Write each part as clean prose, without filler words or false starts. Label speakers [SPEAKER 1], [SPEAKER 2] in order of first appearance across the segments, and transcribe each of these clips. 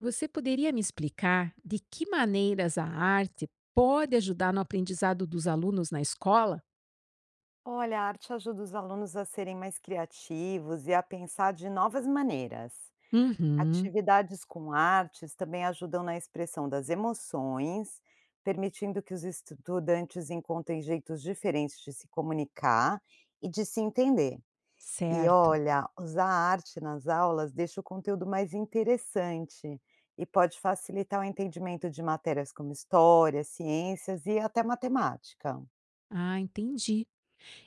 [SPEAKER 1] Você poderia me explicar de que maneiras a arte pode ajudar no aprendizado dos alunos na escola?
[SPEAKER 2] Olha, a arte ajuda os alunos a serem mais criativos e a pensar de novas maneiras.
[SPEAKER 1] Uhum,
[SPEAKER 2] Atividades com artes também ajudam na expressão das emoções, permitindo que os estudantes encontrem jeitos diferentes de se comunicar e de se entender. E
[SPEAKER 1] certo.
[SPEAKER 2] olha, usar a arte nas aulas deixa o conteúdo mais interessante e pode facilitar o entendimento de matérias como história, ciências e até matemática.
[SPEAKER 1] Ah, entendi.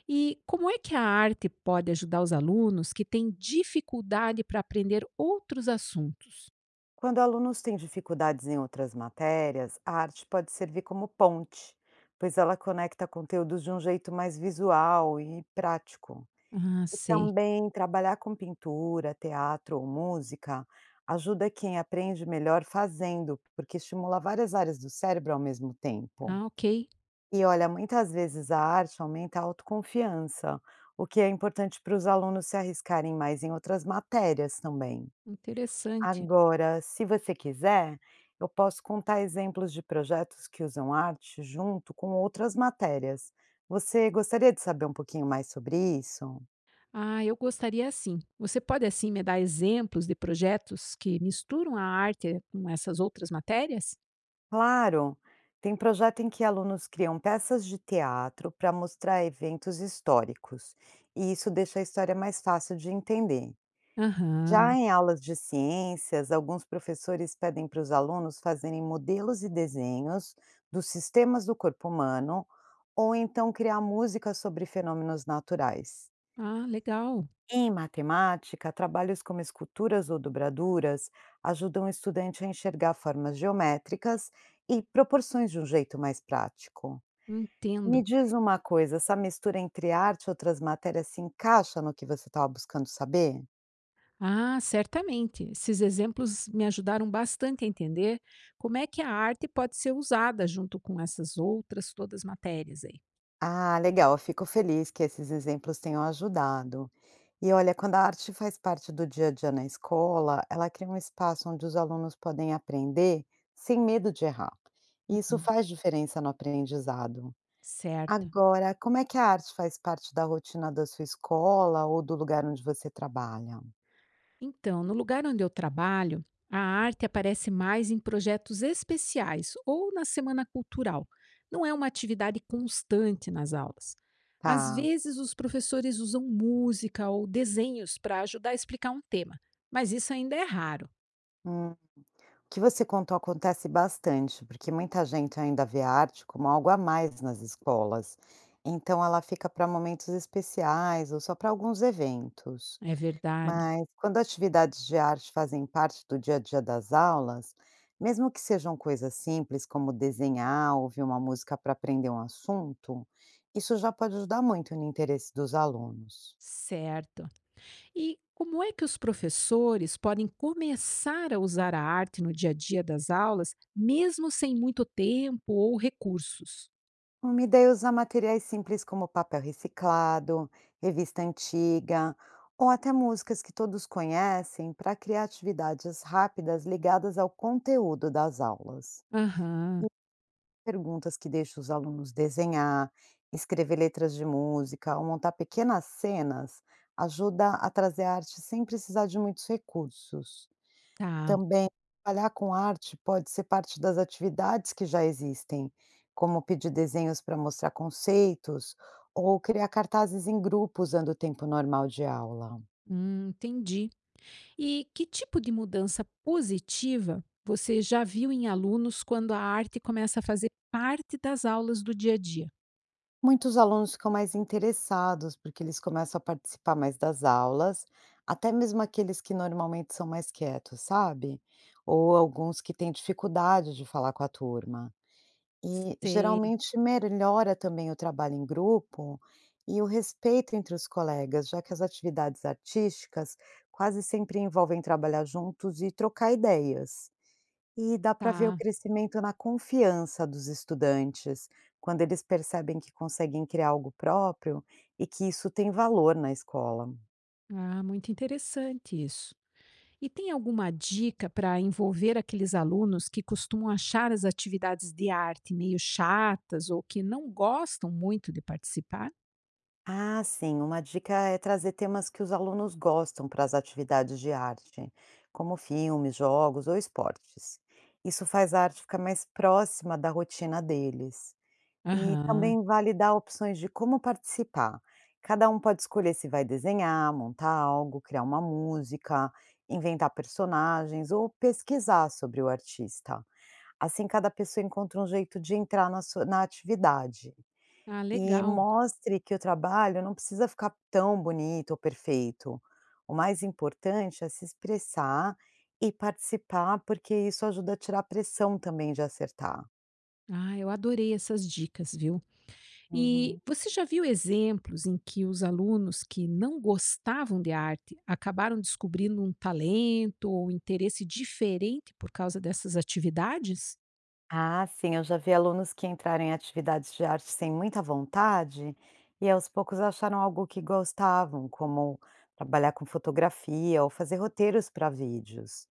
[SPEAKER 1] E como é que a arte pode ajudar os alunos que têm dificuldade para aprender outros assuntos?
[SPEAKER 2] Quando alunos têm dificuldades em outras matérias, a arte pode servir como ponte, pois ela conecta conteúdos de um jeito mais visual e prático.
[SPEAKER 1] Ah,
[SPEAKER 2] E
[SPEAKER 1] sei.
[SPEAKER 2] também trabalhar com pintura, teatro ou música ajuda quem aprende melhor fazendo, porque estimula várias áreas do cérebro ao mesmo tempo.
[SPEAKER 1] Ah, ok.
[SPEAKER 2] E olha, muitas vezes a arte aumenta a autoconfiança, o que é importante para os alunos se arriscarem mais em outras matérias também.
[SPEAKER 1] Interessante.
[SPEAKER 2] Agora, se você quiser, eu posso contar exemplos de projetos que usam arte junto com outras matérias. Você gostaria de saber um pouquinho mais sobre isso?
[SPEAKER 1] Ah, eu gostaria assim. Você pode assim me dar exemplos de projetos que misturam a arte com essas outras matérias?
[SPEAKER 2] Claro! Tem projeto em que alunos criam peças de teatro para mostrar eventos históricos, e isso deixa a história mais fácil de entender. Já
[SPEAKER 1] Aham.
[SPEAKER 2] em aulas de ciências, alguns professores pedem para os alunos fazerem modelos e desenhos dos sistemas do corpo humano, ou então criar música sobre fenômenos naturais.
[SPEAKER 1] Ah, legal.
[SPEAKER 2] Em matemática, trabalhos como esculturas ou dobraduras ajudam o estudante a enxergar formas geométricas e proporções de um jeito mais prático. Me
[SPEAKER 1] Entendo.
[SPEAKER 2] diz uma coisa, essa mistura entre arte e outras matérias se encaixa no que você estava buscando saber?
[SPEAKER 1] Ah, certamente. Esses exemplos me ajudaram bastante a entender como é que a arte pode ser usada junto com essas outras todas matérias aí.
[SPEAKER 2] Ah, legal, eu fico feliz que esses exemplos tenham ajudado. E olha, quando a arte faz parte do dia a dia na escola, ela cria um espaço onde os alunos podem aprender sem medo de errar. E isso
[SPEAKER 1] Uhum,
[SPEAKER 2] faz diferença no aprendizado.
[SPEAKER 1] certo.
[SPEAKER 2] Agora, como é que a arte faz parte da rotina da sua escola ou do lugar onde você trabalha?
[SPEAKER 1] Então, no lugar onde eu trabalho, a arte aparece mais em projetos especiais ou na semana cultural. Não é uma atividade constante nas aulas. Às
[SPEAKER 2] Tá.
[SPEAKER 1] vezes, os professores usam música ou desenhos para ajudar a explicar um tema, mas isso ainda é raro.
[SPEAKER 2] Hum. O que você contou acontece bastante, porque muita gente ainda vê a arte como algo a mais nas escolas. Então ela fica para momentos especiais ou só para alguns eventos.
[SPEAKER 1] É verdade.
[SPEAKER 2] Mas quando atividades de arte fazem parte do dia a dia das aulas, mesmo que sejam coisas simples como desenhar, ouvir uma música para aprender um assunto, isso já pode ajudar muito no interesse dos alunos.
[SPEAKER 1] Certo. E como é que os professores podem começar a usar a arte no dia a dia das aulas, mesmo sem muito tempo ou recursos?
[SPEAKER 2] Uma ideia é usar materiais simples como papel reciclado, revista antiga ou até músicas que todos conhecem para criar atividades rápidas ligadas ao conteúdo das aulas.
[SPEAKER 1] Aham,
[SPEAKER 2] E perguntas que deixam os alunos desenhar, escrever letras de música ou montar pequenas cenas ajuda a trazer a arte sem precisar de muitos recursos.
[SPEAKER 1] tá.
[SPEAKER 2] Também, trabalhar com arte pode ser parte das atividades que já existem, como pedir desenhos para mostrar conceitos ou criar cartazes em grupo usando o tempo normal de aula.
[SPEAKER 1] Entendi. E que tipo de mudança positiva você já viu em alunos quando a arte começa a fazer parte das aulas do dia a dia?
[SPEAKER 2] Muitos alunos ficam mais interessados porque eles começam a participar mais das aulas, até mesmo aqueles que normalmente são mais quietos, sabe? Ou alguns que têm dificuldade de falar com a turma. E
[SPEAKER 1] Sei,
[SPEAKER 2] geralmente melhora também o trabalho em grupo e o respeito entre os colegas, já que as atividades artísticas quase sempre envolvem trabalhar juntos e trocar ideias. E dá para ver o
[SPEAKER 1] tá.
[SPEAKER 2] crescimento na confiança dos estudantes, quando eles percebem que conseguem criar algo próprio e que isso tem valor na escola.
[SPEAKER 1] Ah, muito interessante isso. E tem alguma dica para envolver aqueles alunos que costumam achar as atividades de arte meio chatas ou que não gostam muito de participar?
[SPEAKER 2] Ah, sim. Uma dica é trazer temas que os alunos gostam para as atividades de arte, como filmes, jogos ou esportes. Isso faz a arte ficar mais próxima da rotina deles. E
[SPEAKER 1] Aham.
[SPEAKER 2] também vale dar opções de como participar. Cada um pode escolher se vai desenhar, montar algo, criar uma música, inventar personagens ou pesquisar sobre o artista. Assim, cada pessoa encontra um jeito de entrar na atividade.
[SPEAKER 1] Ah,
[SPEAKER 2] E
[SPEAKER 1] legal.
[SPEAKER 2] mostre que o trabalho não precisa ficar tão bonito ou perfeito. O mais importante é se expressar e participar, porque isso ajuda a tirar a pressão também de acertar.
[SPEAKER 1] Ah, eu adorei essas dicas, viu? E
[SPEAKER 2] Uhum.
[SPEAKER 1] você já viu exemplos em que os alunos que não gostavam de arte acabaram descobrindo um talento ou interesse diferente por causa dessas atividades?
[SPEAKER 2] Ah, sim, eu já vi alunos que entraram em atividades de arte sem muita vontade e aos poucos acharam algo que gostavam, como trabalhar com fotografia ou fazer roteiros para vídeos.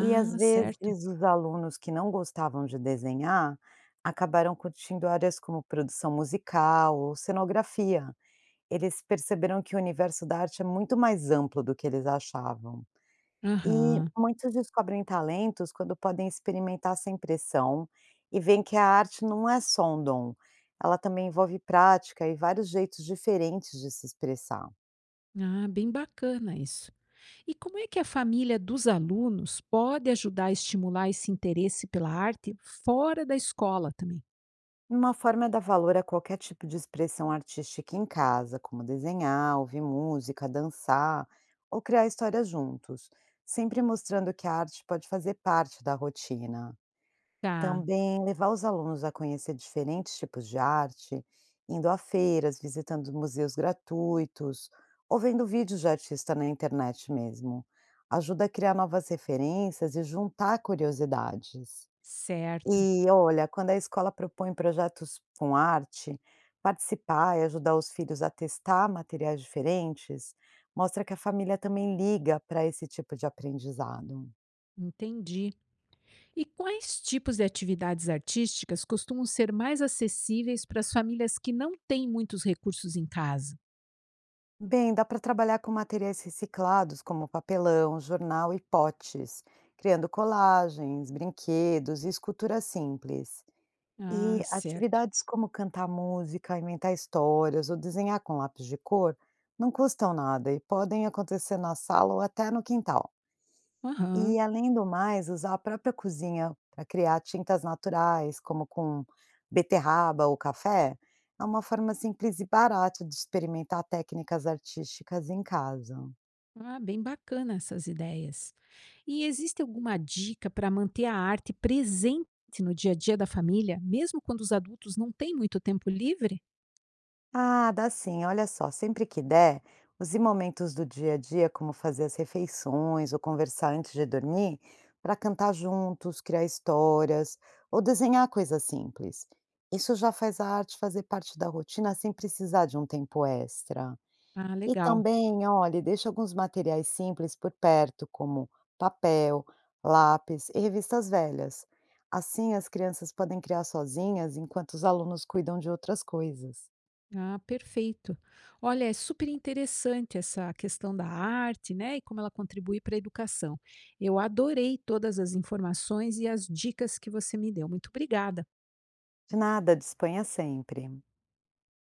[SPEAKER 2] E às vezes
[SPEAKER 1] certo.
[SPEAKER 2] os alunos que não gostavam de desenhar acabaram curtindo áreas como produção musical ou cenografia. Eles perceberam que o universo da arte é muito mais amplo do que eles achavam. E
[SPEAKER 1] Aham.
[SPEAKER 2] muitos descobrem talentos quando podem experimentar sem pressão e veem que a arte não é só um dom, ela também envolve prática e vários jeitos diferentes de se expressar.
[SPEAKER 1] Ah, bem bacana isso. E como é que a família dos alunos pode ajudar a estimular esse interesse pela arte fora da escola também?
[SPEAKER 2] Uma forma é dar valor a qualquer tipo de expressão artística em casa, como desenhar, ouvir música, dançar ou criar histórias juntos, sempre mostrando que a arte pode fazer parte da rotina.
[SPEAKER 1] Tá,
[SPEAKER 2] Também levar os alunos a conhecer diferentes tipos de arte, indo a feiras, visitando museus gratuitos ou vendo vídeos de artista na internet mesmo. Ajuda a criar novas referências e juntar curiosidades.
[SPEAKER 1] certo.
[SPEAKER 2] E olha, quando a escola propõe projetos com arte, participar e ajudar os filhos a testar materiais diferentes mostra que a família também liga para esse tipo de aprendizado.
[SPEAKER 1] Entendi. E quais tipos de atividades artísticas costumam ser mais acessíveis para as famílias que não têm muitos recursos em casa?
[SPEAKER 2] Bem, dá para trabalhar com materiais reciclados, como papelão, jornal e potes, criando colagens, brinquedos e esculturas simples.
[SPEAKER 1] Ah,
[SPEAKER 2] E
[SPEAKER 1] certo.
[SPEAKER 2] atividades como cantar música, inventar histórias ou desenhar com lápis de cor não custam nada e podem acontecer na sala ou até no quintal.
[SPEAKER 1] Aham.
[SPEAKER 2] E além do mais, usar a própria cozinha para criar tintas naturais, como com beterraba ou café, é uma forma simples e barata de experimentar técnicas artísticas em casa.
[SPEAKER 1] Ah, bem bacana essas ideias. E existe alguma dica para manter a arte presente no dia a dia da família, mesmo quando os adultos não têm muito tempo livre?
[SPEAKER 2] Ah, dá sim. Olha só, sempre que der, use momentos do dia a dia, como fazer as refeições ou conversar antes de dormir, para cantar juntos, criar histórias ou desenhar coisas simples. Isso já faz a arte fazer parte da rotina sem precisar de um tempo extra.
[SPEAKER 1] Ah,
[SPEAKER 2] E
[SPEAKER 1] legal.
[SPEAKER 2] também, olhe, deixe alguns materiais simples por perto, como papel, lápis e revistas velhas. Assim, as crianças podem criar sozinhas enquanto os alunos cuidam de outras coisas.
[SPEAKER 1] Ah, perfeito. Olha, é super interessante essa questão da arte, né? E como ela contribui para a educação. Eu adorei todas as informações e as dicas que você me deu. Muito obrigada.
[SPEAKER 2] De nada, disponha sempre.